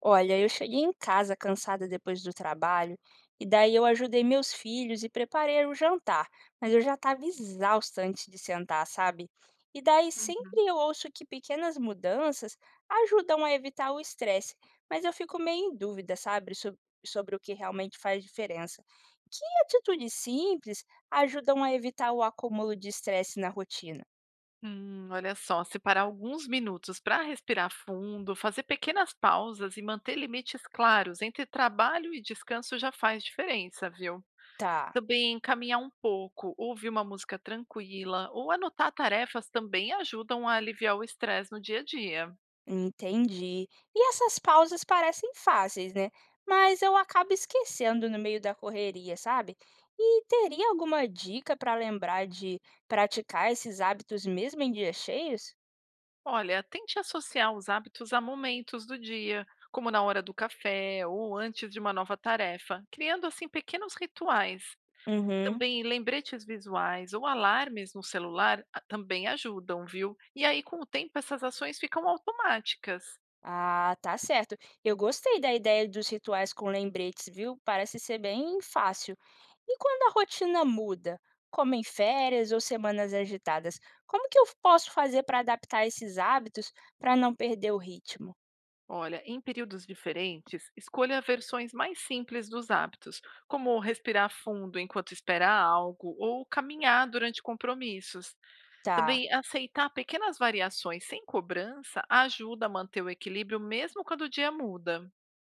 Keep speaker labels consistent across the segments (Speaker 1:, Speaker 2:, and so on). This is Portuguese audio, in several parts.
Speaker 1: Olha, eu cheguei em casa cansada depois do trabalho, e daí eu ajudei meus filhos e preparei o jantar, mas eu já estava exausta antes de sentar, sabe? E daí
Speaker 2: Uhum.
Speaker 1: sempre eu ouço que pequenas mudanças ajudam a evitar o estresse, mas eu fico meio em dúvida, sabe, sobre o que realmente faz diferença. Que atitudes simples ajudam a evitar o acúmulo de estresse na rotina?
Speaker 2: Olha só, separar alguns minutos para respirar fundo, fazer pequenas pausas e manter limites claros entre trabalho e descanso já faz diferença, viu?
Speaker 1: Tá.
Speaker 2: Também caminhar um pouco, ouvir uma música tranquila ou anotar tarefas também ajudam a aliviar o estresse no dia a dia.
Speaker 1: Entendi. E essas pausas parecem fáceis, né? Mas eu acabo esquecendo no meio da correria, sabe? E teria alguma dica para lembrar de praticar esses hábitos mesmo em dias cheios?
Speaker 2: Olha, tente associar os hábitos a momentos do dia, como na hora do café ou antes de uma nova tarefa, criando assim pequenos rituais.
Speaker 1: Uhum.
Speaker 2: Também lembretes visuais ou alarmes no celular também ajudam, viu? E aí, com o tempo, essas ações ficam automáticas.
Speaker 1: Ah, tá certo. Eu gostei da ideia dos rituais com lembretes, viu? Parece ser bem fácil. E quando a rotina muda, como em férias ou semanas agitadas, como que eu posso fazer para adaptar esses hábitos para não perder o ritmo?
Speaker 2: Olha, em períodos diferentes, escolha versões mais simples dos hábitos, como respirar fundo enquanto espera algo ou caminhar durante compromissos.
Speaker 1: Tá.
Speaker 2: Também aceitar pequenas variações sem cobrança ajuda a manter o equilíbrio mesmo quando o dia muda.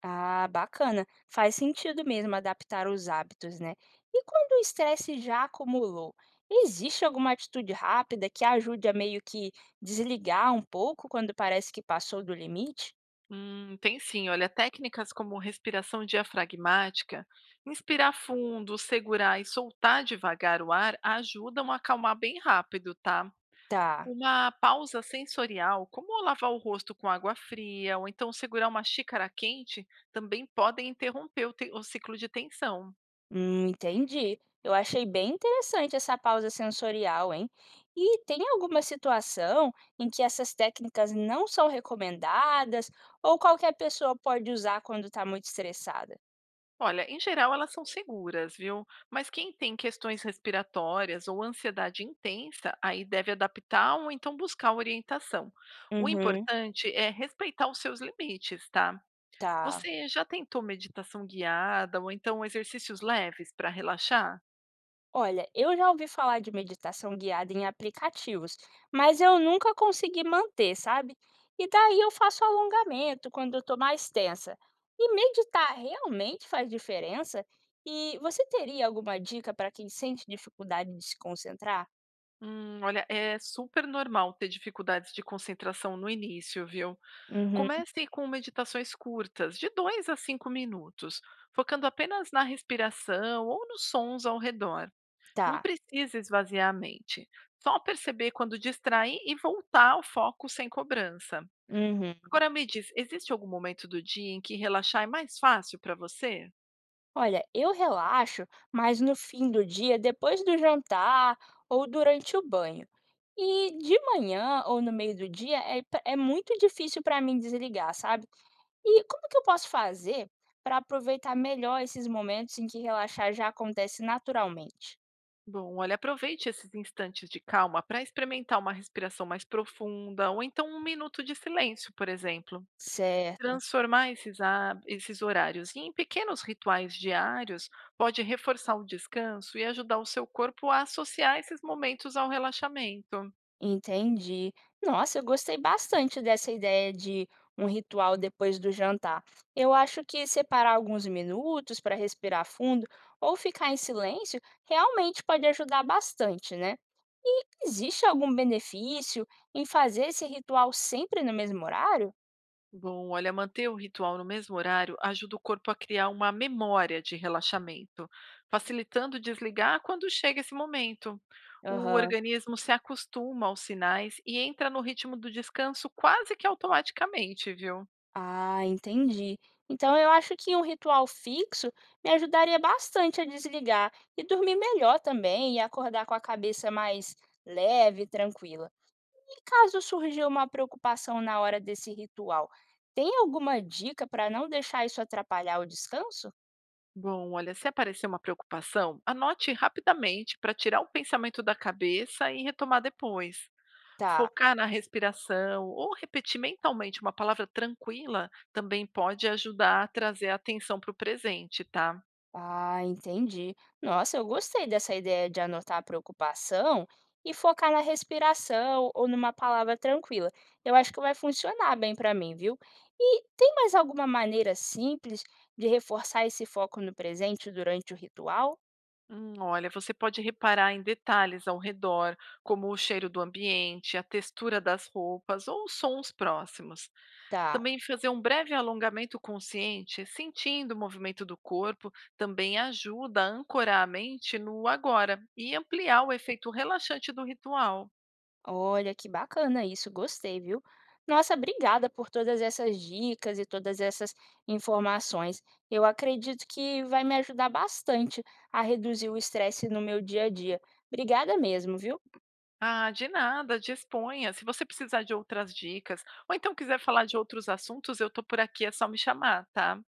Speaker 1: Ah, bacana. Faz sentido mesmo adaptar os hábitos, né? E quando o estresse já acumulou, existe alguma atitude rápida que ajude a meio que desligar um pouco quando parece que passou do limite?
Speaker 2: Tem sim, olha, técnicas como respiração diafragmática, inspirar fundo, segurar e soltar devagar o ar ajudam a acalmar bem rápido, tá?
Speaker 1: Tá,
Speaker 2: Uma pausa sensorial, como lavar o rosto com água fria ou então segurar uma xícara quente, também podem interromper o ciclo de tensão.
Speaker 1: entendi. Eu achei bem interessante essa pausa sensorial, hein? E tem alguma situação em que essas técnicas não são recomendadas ou qualquer pessoa pode usar quando está muito estressada?
Speaker 2: Olha, em geral elas são seguras, viu? Mas quem tem questões respiratórias ou ansiedade intensa, aí deve adaptar ou então buscar orientação. O
Speaker 1: Uhum,
Speaker 2: importante é respeitar os seus limites, tá?
Speaker 1: tá.
Speaker 2: Você já tentou meditação guiada ou então exercícios leves para relaxar?
Speaker 1: Olha, eu já ouvi falar de meditação guiada em aplicativos, mas eu nunca consegui manter, sabe? E daí eu faço alongamento quando eu estou mais tensa. E meditar realmente faz diferença? E você teria alguma dica para quem sente dificuldade de se concentrar?
Speaker 2: Olha, é super normal ter dificuldades de concentração no início, viu?
Speaker 1: Uhum,
Speaker 2: Comece com meditações curtas, de 2 a 5 minutos, focando apenas na respiração ou nos sons ao redor. Não
Speaker 1: tá.
Speaker 2: precisa esvaziar a mente. Só perceber quando distrair e voltar ao foco sem cobrança.
Speaker 1: Uhum.
Speaker 2: Agora me diz, existe algum momento do dia em que relaxar é mais fácil para você?
Speaker 1: Olha, eu relaxo, mas no fim do dia, depois do jantar ou durante o banho. E de manhã ou no meio do dia é, é muito difícil para mim desligar, sabe? E como que eu posso fazer para aproveitar melhor esses momentos em que relaxar já acontece naturalmente?
Speaker 2: Bom, olha, aproveite esses instantes de calma para experimentar uma respiração mais profunda ou então um minuto de silêncio, por exemplo.
Speaker 1: Certo,
Speaker 2: Transformar esses horários em pequenos rituais diários pode reforçar o descanso e ajudar o seu corpo a associar esses momentos ao relaxamento.
Speaker 1: entendi. Nossa, eu gostei bastante dessa ideia de um ritual depois do jantar. Eu acho que separar alguns minutos para respirar fundo ou ficar em silêncio realmente pode ajudar bastante, né? E existe algum benefício em fazer esse ritual sempre no mesmo horário?
Speaker 2: Bom, olha, manter o ritual no mesmo horário ajuda o corpo a criar uma memória de relaxamento, facilitando desligar quando chega esse momento. O
Speaker 1: Aham.
Speaker 2: organismo se acostuma aos sinais e entra no ritmo do descanso quase que automaticamente, viu?
Speaker 1: Ah, entendi. Então eu acho que um ritual fixo me ajudaria bastante a desligar e dormir melhor também e acordar com a cabeça mais leve e tranquila. E caso surgir uma preocupação na hora desse ritual, tem alguma dica para não deixar isso atrapalhar o descanso?
Speaker 2: Bom, olha, se aparecer uma preocupação, anote rapidamente para tirar o pensamento da cabeça e retomar depois.
Speaker 1: Tá.
Speaker 2: Focar na respiração ou repetir mentalmente uma palavra tranquila também pode ajudar a trazer a atenção para o presente, tá?
Speaker 1: Ah, entendi. Nossa, eu gostei dessa ideia de anotar a preocupação e focar na respiração ou numa palavra tranquila. Eu acho que vai funcionar bem para mim, viu? E tem mais alguma maneira simples de reforçar esse foco no presente durante o ritual?
Speaker 2: Hum. Olha, você pode reparar em detalhes ao redor, como o cheiro do ambiente, a textura das roupas ou os sons próximos.
Speaker 1: Tá.
Speaker 2: Também fazer um breve alongamento consciente, sentindo o movimento do corpo, também ajuda a ancorar a mente no agora e ampliar o efeito relaxante do ritual.
Speaker 1: Olha, que bacana isso, gostei, viu? Nossa, obrigada por todas essas dicas e todas essas informações. Eu acredito que vai me ajudar bastante a reduzir o estresse no meu dia a dia. Obrigada mesmo, viu?
Speaker 2: Ah, de nada, disponha. Se você precisar de outras dicas, ou então quiser falar de outros assuntos, eu tô por aqui, é só me chamar, tá?